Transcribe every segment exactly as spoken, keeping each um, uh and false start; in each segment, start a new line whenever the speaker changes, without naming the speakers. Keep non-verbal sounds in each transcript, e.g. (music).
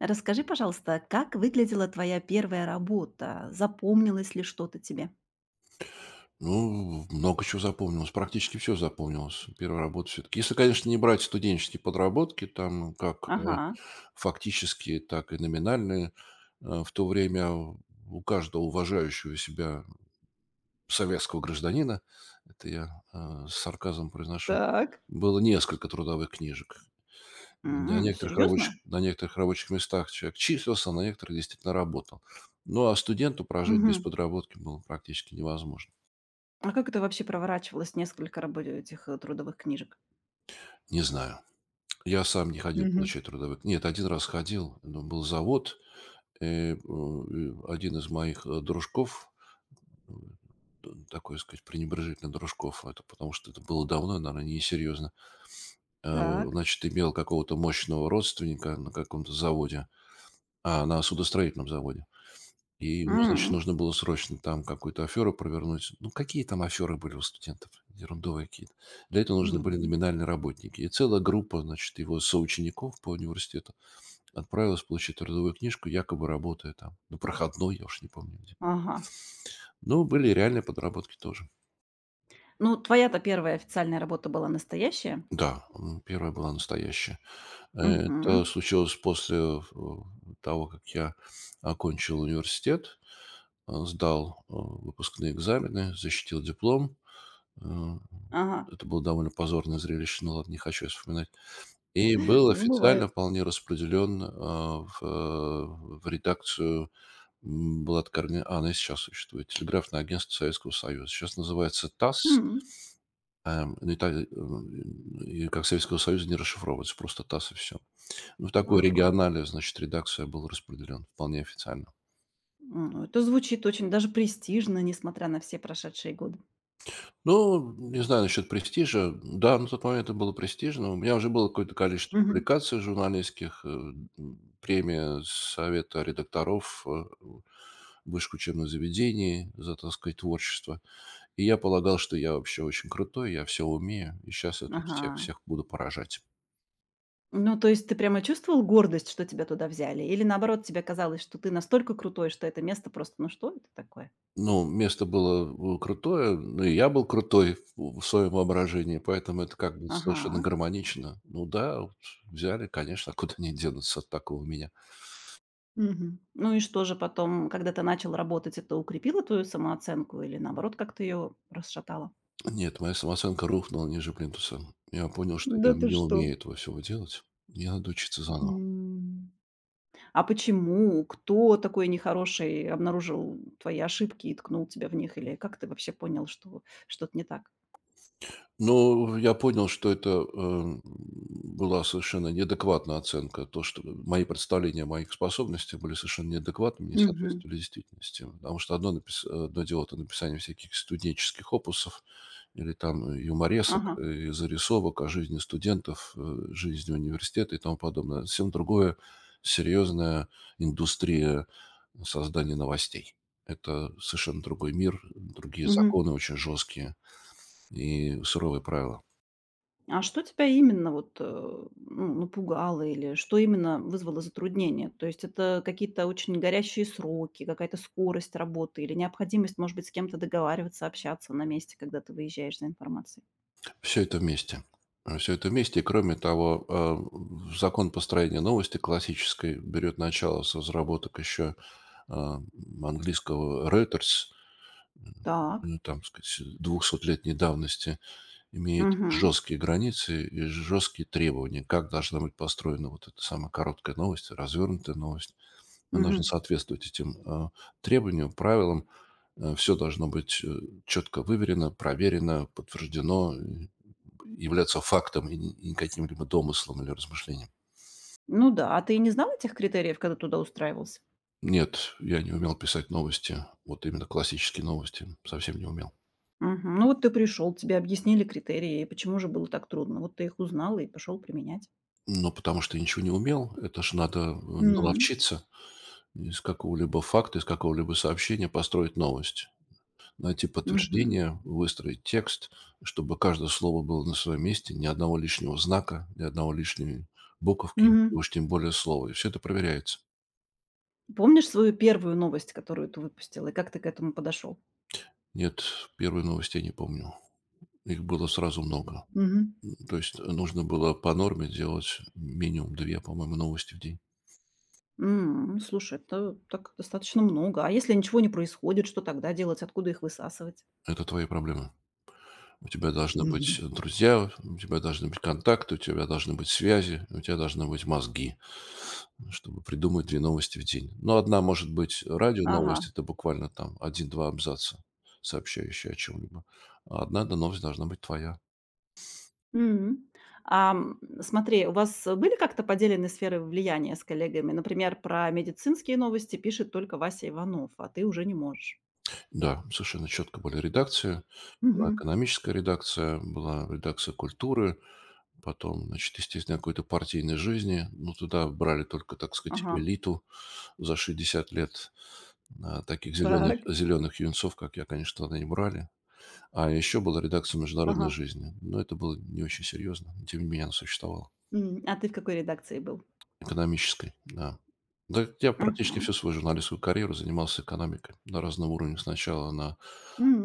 Расскажи, пожалуйста, как выглядела твоя первая работа? Запомнилось ли что-то тебе?
Ну, много чего запомнилось. Практически все запомнилось. Первая работа все-таки. Если, конечно, не брать студенческие подработки, там как э,
Ага.
фактические, так и номинальные, э, в то время у каждого уважающего себя советского гражданина, это я э, с сарказмом произношу,
Так.
было несколько трудовых книжек. На некоторых
Серьезно?
рабочих, на некоторых рабочих местах человек числился, на некоторых действительно работал. Ну, а студенту прожить без
Мгм.
подработки было практически невозможно.
А как это вообще проворачивалось, несколько работ этих э, трудовых книжек?
Не знаю. Я сам не ходил
Мгм.
получать трудовые к Нет, один раз ходил, но был завод, э, э, один из моих, э, дружков, м, т такой, сказать, пренебрежительно дружков, это потому что это было давно, наверное, несерьезно, э,
Так.
значит, имел какого-то мощного родственника на каком-то заводе, а, на судостроительном заводе. И ему, значит,
М,
нужно было срочно там какую-то аферу провернуть. Ну, какие там аферы были у студентов? Ерундовые какие-то. Для этого нужны были
м,
номинальные работники. И целая группа, значит, его соучеников по университету Отправилась получить трудовую книжку, якобы работая там. На проходной, я уж не помню где.
ага.
Но были и реальные подработки тоже.
Ну, твоя-то первая официальная работа была настоящая?
Да, м, первая была настоящая. Э, Это
Мгм.
случилось после э, того, как я окончил университет, э, сдал э, выпускные экзамены, защитил диплом. Э,
Ага.
Это было довольно позорное зрелище, но ладно, не хочу я вспоминать. И был
Ну, бывает.
официально вполне распределен э, в э, в редакцию. М, была такая органи а, она и сейчас существует. Телеграфное агентство Советского Союза. Сейчас называется ТАСС.
М,
Эм, ну, и та э, и как Советского Союза не расшифровывается, просто ТАСС и все. Ну, в такой
ага.
регионале, значит, редакция был распределен вполне официально.
М, ну, это звучит очень даже престижно, несмотря на все прошедшие годы.
Ну, не знаю насчет престижа. Да, на тот момент это было престижно. У меня уже было какое-то количество
Мгм.
публикаций журналистских, э, м, премия Совета редакторов, э, высших учебных заведений за, так сказать, творчество. И я полагал, что я вообще очень крутой, я все умею, и сейчас я тут всех,
Ага.
всех буду поражать.
Ну, то есть ты прямо чувствовал гордость, что тебя туда взяли? Или наоборот, тебе казалось, что ты настолько крутой, что это место просто, ну что это такое?
Ну, место было э, крутое, ну и я был крутой в в своем воображении, поэтому это как бы совершенно
Ага.
гармонично. Ну да, вот взяли, конечно, а куда они денутся от такого меня.
Мгм. Ну и что же потом, когда ты начал работать, это укрепило твою самооценку или наоборот как-то ее расшатало?
Нет, моя самооценка рухнула ниже плинтуса. Я понял, что
Да
я
ты
не
что?
умею этого всего делать. Мне надо учиться заново.
М. А почему? Кто такой нехороший обнаружил твои ошибки и ткнул тебя в них? Или как ты вообще понял, что что-то не так?
Ну, я понял, что это, эм, была совершенно неадекватная оценка. То, что мои представления о моих способностях были совершенно неадекватными, не
Мгм.
соответствовали действительности. Потому что одно, напис- одно дело — это написание всяких студенческих опусов или там юморесок,
Ага.
э, зарисовок о жизни студентов, э, жизни университета и тому подобное. Совсем другое — серьезная индустрия создания новостей. Это совершенно другой мир, другие
Мгм.
законы очень жесткие и суровые правила.
А что тебя именно вот, э, ну, напугало или что именно вызвало затруднение? То есть это какие-то очень горящие сроки, какая-то скорость работы или необходимость, может быть, с кем-то договариваться, общаться на месте, когда ты выезжаешь за информацией?
Все это вместе. Все это вместе. И кроме того, э, закон построения новости классической берет начало с разработок еще, а, английского Reuters, э,
Так.
ну, там, сказать, двухсотлетней давности, имеет
Мгм.
жесткие границы и жесткие требования, как должна быть построена вот эта самая короткая новость, развернутая новость. Она должна
Мгм.
соответствовать этим, а, требованиям, правилам. Все должно быть, э, четко выверено, проверено, подтверждено являться фактом и не и не каким-либо домыслом или размышлением.
Ну да, а ты не знал этих критериев, когда туда устраивался?
Нет, я не умел писать новости, вот именно классические новости, совсем не умел.
Мгм. Ну вот ты пришел, тебе объяснили критерии, и почему же было так трудно. Вот ты их узнал и пошел применять.
Ну, потому что я ничего не умел, это ж надо э,
М.
наловчиться из какого-либо факта, из какого-либо сообщения построить новость, найти
Мгм.
подтверждение, выстроить текст, чтобы каждое слово было на своем месте, ни одного лишнего знака, ни одного лишней буковки, и
Мгм.
уж тем более слова. И все это проверяется.
Помнишь свою первую новость, которую ты выпустил, и как ты к этому подошел?
Нет, первые новости я не помню. Их было сразу много.
Мгм.
То есть э, нужно было по норме делать минимум две, по-моему, новости в день.
М, ну, слушай, это так достаточно много. А если ничего не происходит, что тогда делать? Откуда их высасывать?
Это твои проблемы. У тебя должны быть
Мгм.
друзья, у тебя должны быть контакты, у тебя должны быть связи, у тебя должны быть мозги, чтобы придумать две новости в день. Но одна может быть
Ага.
радионовость, это буквально там один-два абзаца, сообщающие о чем-либо. А одна эта новость должна быть твоя.
Мгм. А, м, смотри, у вас были как-то поделены сферы влияния с коллегами? Например, про медицинские новости пишет только Вася Иванов, а ты уже не можешь.
Да, совершенно четко были редакции. Была
Мгм.
экономическая редакция, была редакция культуры, Потом, значит, естественно, какой-то партийной жизни. Ну, туда брали только, так сказать,
Ага.
элиту за шестьдесят лет. А, Таких зеленых,
Так.
зеленых юнцов, как я, конечно, тогда не брали. А еще была редакция «Международной
Ага.
жизни». Но это было не очень серьезно. Тем не менее, она существовала.
М, а ты в какой редакции был?
Экономической, да. Да я практически
Мгм.
всю свою журналистскую карьеру занимался экономикой на разном уровне. Сначала на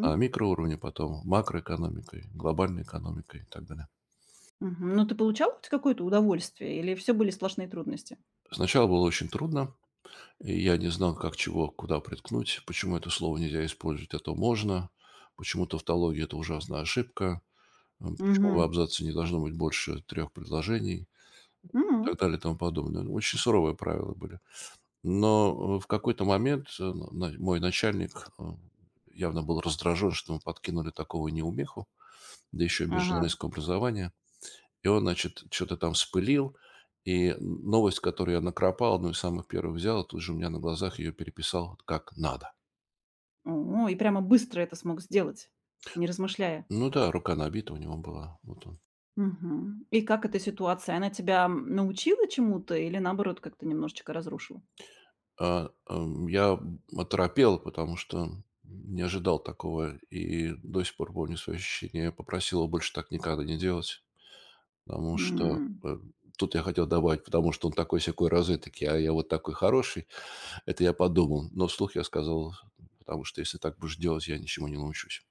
а, микроуровне, потом макроэкономикой, глобальной экономикой и так далее.
Мгм. Но ты получал хоть какое-то удовольствие или все были сплошные трудности?
Сначала было очень трудно, И я не знал, как чего, куда приткнуть, почему это слово нельзя использовать, а то можно, почему тавтология — это ужасная ошибка, м, почему в
Мгм.
абзаце не должно быть больше трех предложений и так
М.
далее и тому подобное. Ну, Очень суровые правила были. Но э, в какой-то момент э, на- мой начальник э, явно был раздражен, что мы подкинули такого неумеху, да еще и без
Ага.
журналистского образования. И он, значит, что то там вспылил. И новость, которую я накропал, одну из самых первых взял, тут же у меня на глазах ее переписал как надо.
О, и прямо быстро это смог сделать, не размышляя.
Ну да, рука набита у него была. Вот он.
Мгм. И как эта ситуация, она тебя, м, научила чему-то или, наоборот, как-то немножечко разрушила?
А, ам, я оторопел, потому что не ожидал такого. И до сих пор помню свои ощущения. Я попросил его больше так никогда не делать. Потому что
М.
э, тут я хотел добавить, потому что он такой-сякой розетки, а я вот такой хороший. Это я подумал. Но вслух я сказал, потому что если так будешь делать, я ничему не научусь.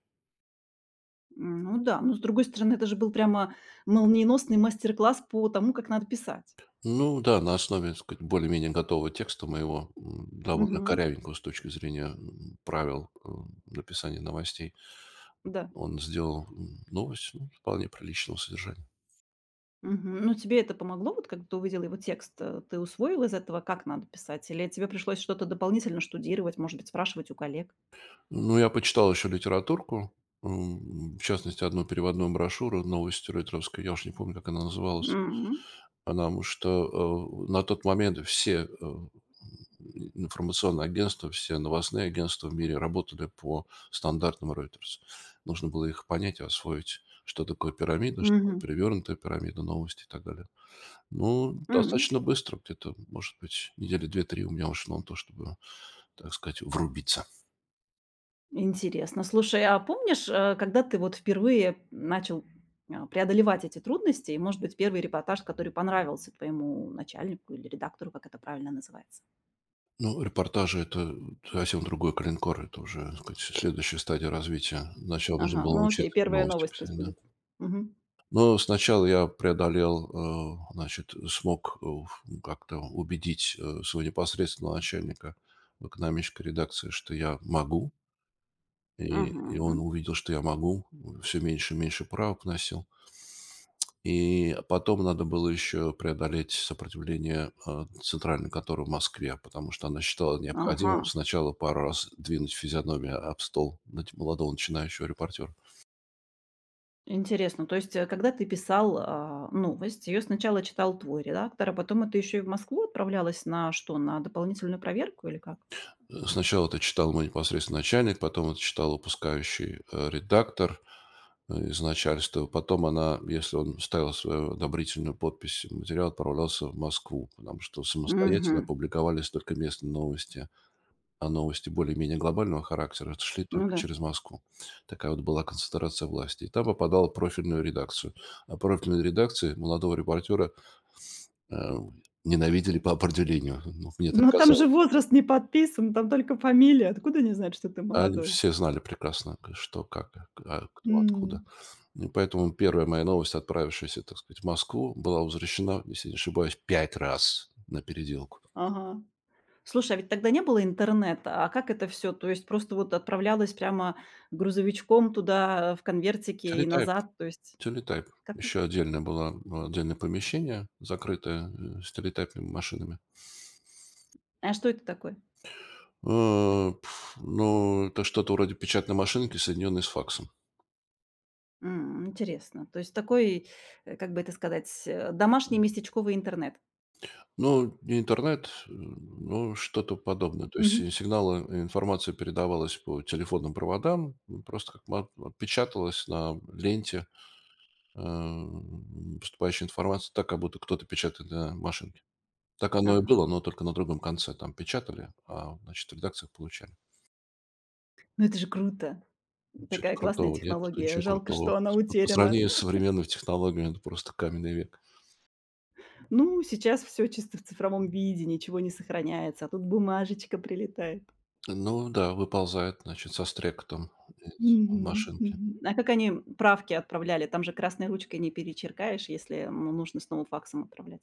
Ну да, но, с другой стороны, это же был прямо молниеносный мастер-класс по тому, как надо писать.
Ну да, на основе, так сказать, более-менее готового текста моего, м, довольно
Мгм.
корявенького с точки зрения м, правил э, написания новостей,
Да.
он сделал м, новость ну, вполне приличного содержания.
Мгм. Ну, тебе это помогло, вот когда ты увидела его текст, э, ты усвоил из этого, как надо писать? Или тебе пришлось что-то дополнительно штудировать, может быть, спрашивать у коллег?
Ну, я почитал еще литературку, м, в частности, одну переводную брошюру «Новости ретровской», я уж не помню, как она называлась.
Мгм.
Потому что, э, на тот момент все, э, информационные агентства, все новостные агентства в мире работали по стандартам Reuters. Нужно было их понять и освоить, что такое пирамида, что такое
Мгм.
перевёрнутая пирамида, новости и так далее. Ну,
М.
достаточно быстро, где-то, может быть, недели две-три у меня ушло на то, чтобы, так сказать, врубиться.
Интересно. Слушай, а помнишь, э, когда ты вот впервые начал а, преодолевать эти трудности, и, может быть, первый репортаж, который понравился твоему начальнику или редактору, как это правильно называется?
Ну, репортажи — это совсем другой калинкор, это уже, так сказать, следующая стадия развития. Сначала нужно
Ага,
было
ну окей,
научиться
первая
новости
новость пусть
писать, да.
будет. Мгм.
Но сначала я преодолел, э, значит, смог уф как-то убедить, э, своего непосредственного начальника в экономической редакции, что я могу. И и он
Мгм.
увидел, что я могу, все меньше и меньше правок вносил. И потом надо было еще преодолеть сопротивление, э, центральной конторы в Москве, потому что она считала
Ага.
необходимым сначала пару раз двинуть физиономию об стол нач молодого начинающего репортера.
Интересно, то есть, э, когда ты писал, а, новость, ее сначала читал твой редактор, а потом это еще и в Москву отправлялось на что, на дополнительную проверку или как?
Э, Сначала это читал мой непосредственно начальник, потом это читал выпускающий э, редактор э, из начальства. Потом она, если он ставил свою одобрительную подпись, материал отправлялся в Москву, потому что самостоятельно
Мгм.
публиковались только местные новости, а новости более-менее глобального характера шли
Ну
только
да.
через Москву. Такая вот была концентрация власти. И там попадала в профильную редакцию. А профильные редакции молодого репортера э, ненавидели по определению. Ну, мне так
Но там же
казалось.
возраст не подписан, там только фамилия. Откуда они знают, что ты
А они
молодой?
все знали прекрасно, к что, как, а, кто, откуда.
М,
И поэтому первая моя новость, отправившаяся, так сказать, в Москву, была возвращена, если не ошибаюсь, пять раз на переделку.
ага. Слушай, а ведь тогда не было интернета. А как это все, то есть просто вот отправлялась прямо грузовичком туда, э, в конвертике и
Телетайп,
назад? То есть
телетайп.
как как?
Еще отдельное было было отдельное помещение, закрытое, э, с телетайпными машинами.
А что это такое?
Э, пф, ну, это что-то вроде печатной машинки, соединенной с факсом.
М, интересно. То есть такой, э, как бы это сказать, э, домашний местечковый интернет.
Ну, не интернет, э, ну, что-то подобное. То есть
Мгм.
си сигналы, и информация передавалась по телефонным проводам, м, просто как ма отпечаталась на ленте, эм, поступающая информация так, как будто кто-то печатает на машинке. Так оно и
Ага.
было, но только на другом конце там печатали, а, значит, в редакциях получали.
Ну это же круто.
Ничего-то
Такая классная
крутого нет, тут
технология.
ничего
Жалко, что
крутого.
она
С по по
утеряна.
сравнению с современными технологиями это просто каменный век.
Ну, сейчас все чисто в цифровом виде, ничего не сохраняется, а тут бумажечка прилетает.
Ну да, выползает, значит, со стрекотом из
Мгм,
машинки.
мгм. А как они правки отправляли? Там же красной ручкой не перечеркаешь, если, ну, нужно снова факсом отправлять.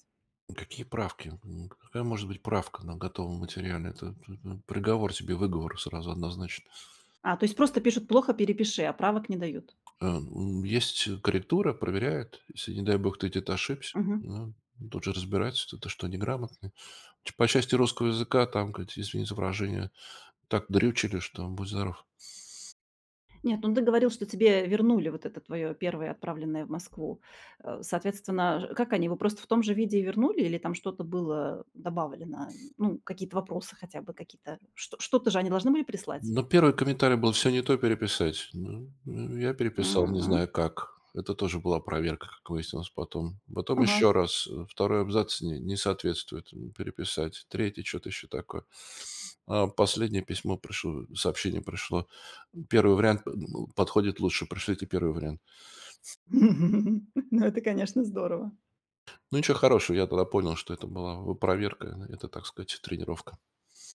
Какие правки? М, Какая может быть правка на готовом материале? Это, это приговор тебе, выговор сразу однозначно.
А, то есть просто пишут: "Плохо, перепиши", а правок не дают.
Э, м, Есть корректура, проверяют. Если, не дай бог, ты где-то ошибся,
Мгм.
ну, тут же разбирать, ты, ты что, неграмотный. Ч- По части русского языка там, как, извини за выражение, так дрючили, что будь здоров.
Нет, ну ты говорил, что тебе вернули вот это твое первое отправленное в Москву. Э, Соответственно, ж- как они его просто в том же виде и вернули, или там что-то было добавлено? Ну, какие-то вопросы хотя бы, какие-то. Что- что-то же они должны были прислать?
Но первый комментарий был: «Все не то, переписать». Ну, ну, я переписал, не
Мгм.
знаю как. Это тоже была проверка, как выяснилось потом. Потом
Ага.
еще раз, э, второй абзац не не соответствует, м, переписать. Третий что то еще такое. А последнее письмо пришло сообщение пришло. Первый вариант, э, ну, подходит лучше, пришлите первый вариант.
(laughs) Ну, это, конечно, здорово.
Ну, ничего хорошего, я тогда понял, что это была, э, проверка, это, так сказать, тренировка.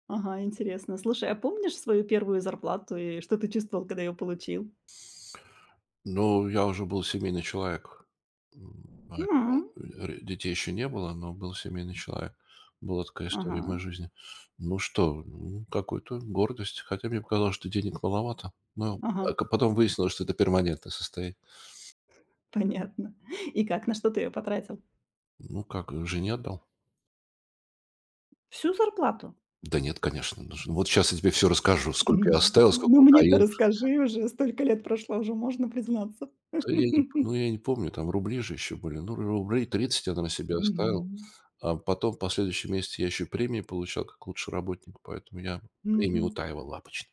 Ага, интересно. Слушай, а помнишь свою первую зарплату и что ты чувствовал, когда ее получил?
Ну, я уже был семейный человек. М, поэтому,
М,
э, ре детей еще не было, но был семейный человек. Была такая история в
ага,
моей жизни. Ну что, ну, какой-то гордость. Хотя мне показалось, что денег маловато. Но, а
ага,
к потом выяснилось, что это перманентное состояние.
понятно. И как, на что ты ее потратил?
Ну как, э, жене отдал?
Всю зарплату?
Да нет, конечно. Ну ж ну вот сейчас я тебе все расскажу, сколько я
Мгм.
оставил,
Ну,
сколько
мне-то
утаил.
расскажи уже, столько лет прошло, уже можно признаться.
Да я не п ну,
(laughs)
я не помню, там рубли же еще были. Ну, рублей тридцать я на себе оставил.
Мгм.
А потом в последующем месяце я еще премии получал как лучший работник, поэтому я премии
Мгм.
утаивал обычно.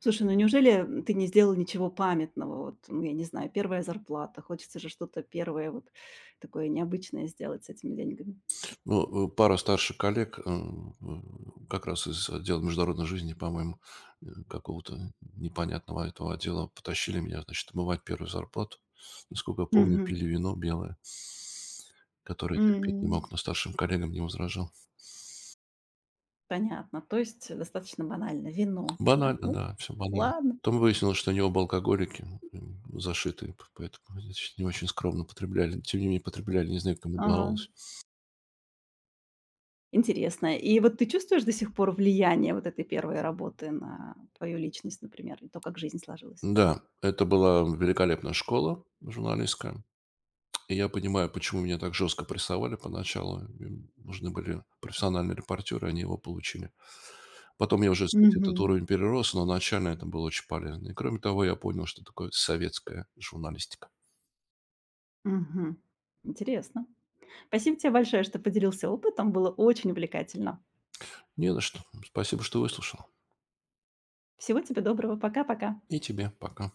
Слушай, ну неужели, ты не сделал ничего памятного? Вот, ну, я не знаю, первая зарплата. Хочется же что-то первое вот такое необычное сделать с этими деньгами.
Ну, э, пара старших коллег, м, м, как раз из отдела международной жизни, по-моему, э, какого-то непонятного этого отдела, потащили меня, значит, отмывать первую зарплату. Насколько я помню,
Мгм.
пили вино белое, которое терпеть не
М.
мог, но старшим коллегам не возражал.
Понятно. То есть достаточно банально. Вино, да?
Банально,
Ну,
да, все банально.
ладно.
Потом выяснилось, что они оба алкоголики, м, зашитые, п- поэтому значит, не очень скромно потребляли. Тем не менее, потребляли, не знаю, кому
Ага.
удавалось.
Интересно. И вот ты чувствуешь до сих пор влияние вот этой первой работы на твою личность, например, и то, как жизнь сложилась?
Да, это была великолепная школа журналистская. И я понимаю, почему меня так жестко прессовали поначалу. Им нужны были профессиональные репортеры, они его получили. Потом я уже, так сказать,
Мгм.
этот уровень перерос, но начально это было очень полезно. И кроме того, я понял, что такое советская журналистика.
Мгм. Интересно. Спасибо тебе большое, что поделился опытом. Было очень увлекательно.
Не за что. Спасибо, что выслушал.
Всего тебе доброго. Пока-пока.
И тебе пока.